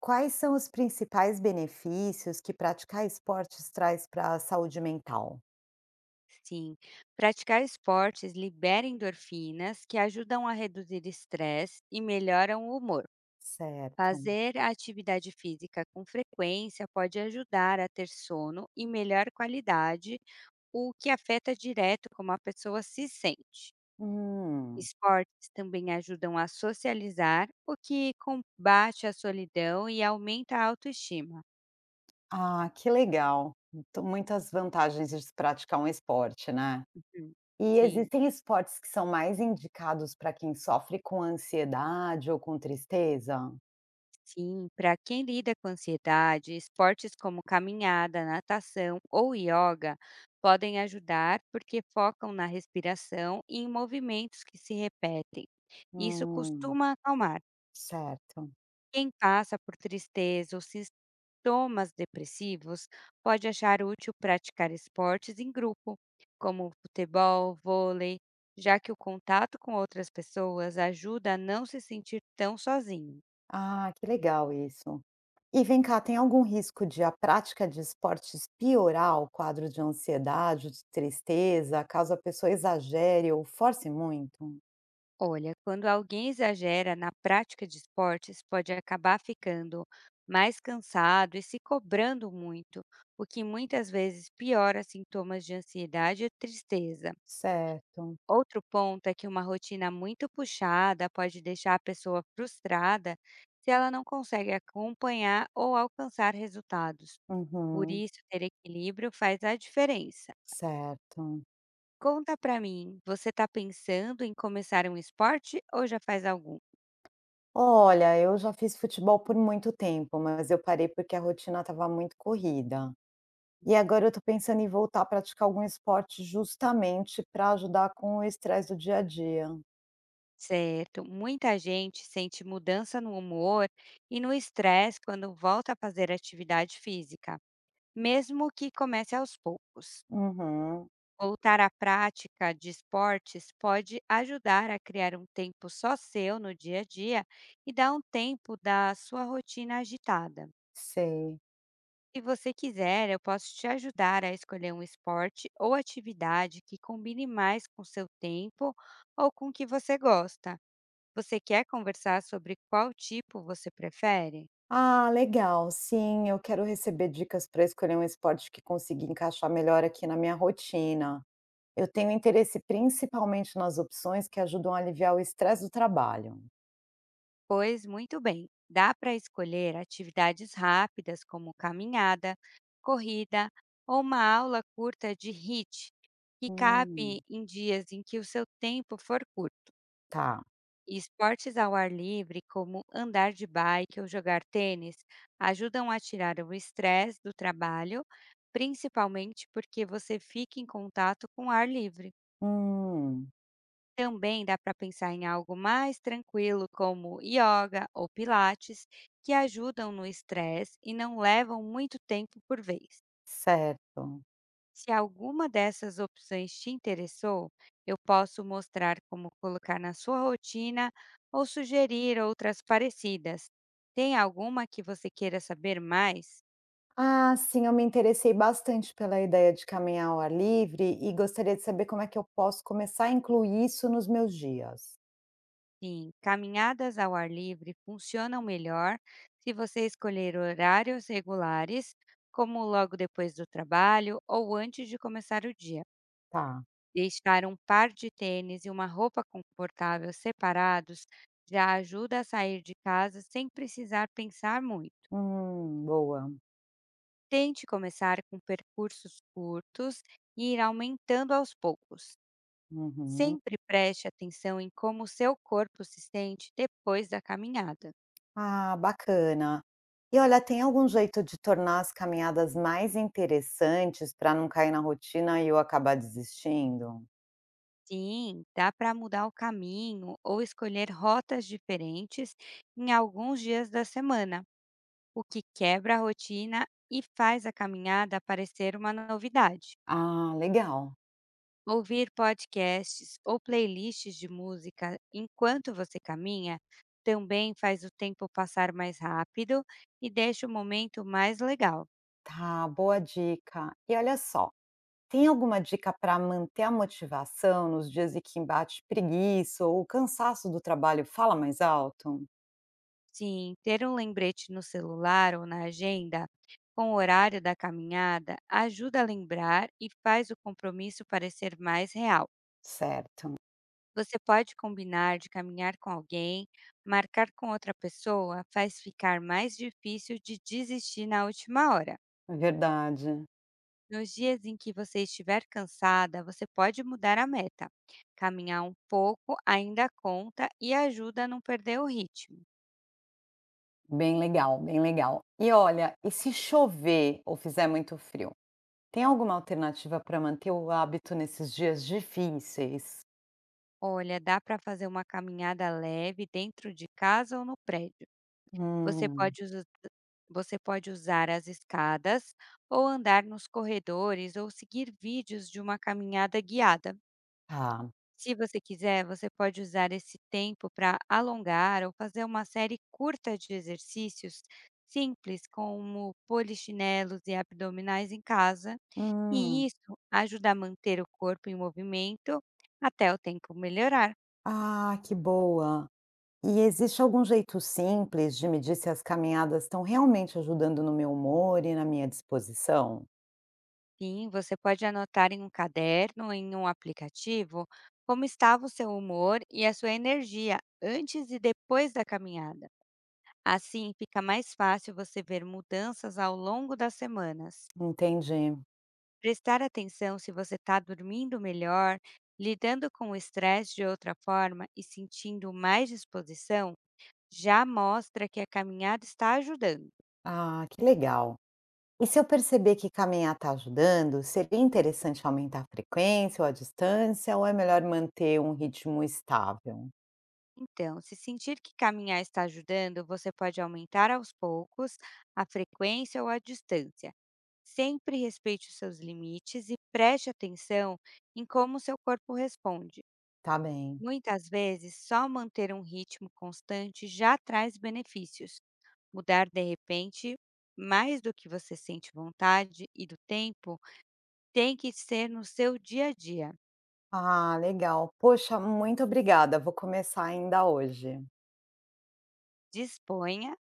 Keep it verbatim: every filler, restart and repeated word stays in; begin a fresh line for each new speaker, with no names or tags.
Quais são os principais benefícios que praticar esportes traz para a saúde mental?
Sim, praticar esportes libera endorfinas que ajudam a reduzir estresse e melhoram o humor.
Certo.
Fazer a atividade física com frequência pode ajudar a ter sono e melhor qualidade, o que afeta direto como a pessoa se sente.
Hum,
Esportes também ajudam a socializar, o que combate a solidão e aumenta a autoestima.
ah, que legal. Então, muitas vantagens de se praticar um esporte, né?
Hum.
E
Sim.
existem esportes que são mais indicados para quem sofre com ansiedade ou com tristeza?
Sim, para quem lida com ansiedade, esportes como caminhada, natação ou yoga podem ajudar porque focam na respiração e em movimentos que se repetem. Isso
Hum,
costuma acalmar.
certo.
Quem passa por tristeza ou sintomas depressivos pode achar útil praticar esportes em grupo, como futebol, vôlei, já que o contato com outras pessoas ajuda a não se sentir tão sozinho.
Ah, que legal isso. E vem cá, tem algum risco de a prática de esportes piorar o quadro de ansiedade, de tristeza, caso a pessoa exagere ou force muito?
Olha, quando alguém exagera na prática de esportes, pode acabar ficando mais cansado e se cobrando muito, o que muitas vezes piora sintomas de ansiedade e tristeza.
Certo.
Outro ponto é que uma rotina muito puxada pode deixar a pessoa frustrada se ela não consegue acompanhar ou alcançar resultados. Por
Uhum.
isso, ter equilíbrio faz a diferença.
Certo.
Conta pra mim, você está pensando em começar um esporte ou já faz algum?
Olha, eu já fiz futebol por muito tempo, mas eu parei porque a rotina estava muito corrida. E agora eu estou pensando em voltar a praticar algum esporte justamente para ajudar com o estresse do dia a dia.
Certo. Muita gente sente mudança no humor e no estresse quando volta a fazer atividade física, mesmo que comece aos poucos.
Uhum.
Voltar à prática de esportes pode ajudar a criar um tempo só seu no dia a dia e dar um tempo da sua rotina agitada.
Sei.
Se você quiser, eu posso te ajudar a escolher um esporte ou atividade que combine mais com seu tempo ou com o que você gosta. Você quer conversar sobre qual tipo você prefere?
Ah, legal. Sim, eu quero receber dicas para escolher um esporte que consiga encaixar melhor aqui na minha rotina. Eu tenho interesse principalmente nas opções que ajudam a aliviar o estresse do trabalho.
Pois muito bem, dá para escolher atividades rápidas como caminhada, corrida ou uma aula curta de HIIT, que cabe
Hum,
em dias em que o seu tempo for curto.
tá.
E esportes ao ar livre, como andar de bike ou jogar tênis, ajudam a tirar o estresse do trabalho, principalmente porque você fica em contato com o ar livre.
Hum,
Também dá para pensar em algo mais tranquilo, como yoga ou pilates, que ajudam no estresse e não levam muito tempo por vez.
certo.
Se alguma dessas opções te interessou, eu posso mostrar como colocar na sua rotina ou sugerir outras parecidas. Tem alguma que você queira saber mais?
Ah, sim, eu me interessei bastante pela ideia de caminhar ao ar livre e gostaria de saber como é que eu posso começar a incluir isso nos meus dias.
Sim, caminhadas ao ar livre funcionam melhor se você escolher horários regulares, como logo depois do trabalho ou antes de começar o dia.
Tá.
Deixar um par de tênis e uma roupa confortável separados já ajuda a sair de casa sem precisar pensar muito.
Hum, boa.
Tente começar com percursos curtos e ir aumentando aos poucos.
Uhum.
Sempre preste atenção em como seu corpo se sente depois da caminhada.
Ah, bacana. E olha, tem algum jeito de tornar as caminhadas mais interessantes para não cair na rotina e eu acabar desistindo?
Sim, dá para mudar o caminho ou escolher rotas diferentes em alguns dias da semana, o que quebra a rotina e faz a caminhada parecer uma novidade.
Ah, legal.
Ouvir podcasts ou playlists de música enquanto você caminha também faz o tempo passar mais rápido e deixa o momento mais legal.
Tá, boa dica. E olha só, tem alguma dica para manter a motivação nos dias em que embate preguiça ou o cansaço do trabalho fala mais alto?
Sim, ter um lembrete no celular ou na agenda com o horário da caminhada ajuda a lembrar e faz o compromisso parecer mais real.
Certo,
Você pode combinar de caminhar com alguém, marcar com outra pessoa faz ficar mais difícil de desistir na última hora.
é verdade.
Nos dias em que você estiver cansada, você pode mudar a meta. Caminhar um pouco ainda conta e ajuda a não perder o ritmo.
Bem legal, bem legal. E olha, e se chover ou fizer muito frio? Tem alguma alternativa para manter o hábito nesses dias difíceis?
Olha, dá para fazer uma caminhada leve dentro de casa ou no prédio. Você
Hum.
pode, usa- Você pode usar as escadas ou andar nos corredores ou seguir vídeos de uma caminhada guiada.
Tá.
Se você quiser, você pode usar esse tempo para alongar ou fazer uma série curta de exercícios simples, como polichinelos e abdominais em casa.
Hum.
E isso ajuda a manter o corpo em movimento até o tempo melhorar.
Ah, que boa. E existe algum jeito simples de medir se as caminhadas estão realmente ajudando no meu humor e na minha disposição?
Sim, você pode anotar em um caderno ou em um aplicativo como estava o seu humor e a sua energia antes e depois da caminhada. Assim, fica mais fácil você ver mudanças ao longo das semanas.
Entendi.
Prestar atenção se você está dormindo melhor, lidando com o estresse de outra forma e sentindo mais disposição já mostra que a caminhada está ajudando.
Ah, que legal. E se eu perceber que caminhar está ajudando, seria interessante aumentar a frequência ou a distância, ou é melhor manter um ritmo estável?
Então, se sentir que caminhar está ajudando, você pode aumentar aos poucos a frequência ou a distância. Sempre respeite os seus limites e preste atenção em como seu corpo responde.
Tá bem.
Muitas vezes, só manter um ritmo constante já traz benefícios. Mudar de repente, mais do que você sente vontade e do tempo, tem que ser no seu dia a dia.
Ah, legal. Poxa, muito obrigada. Vou começar ainda hoje.
Disponha.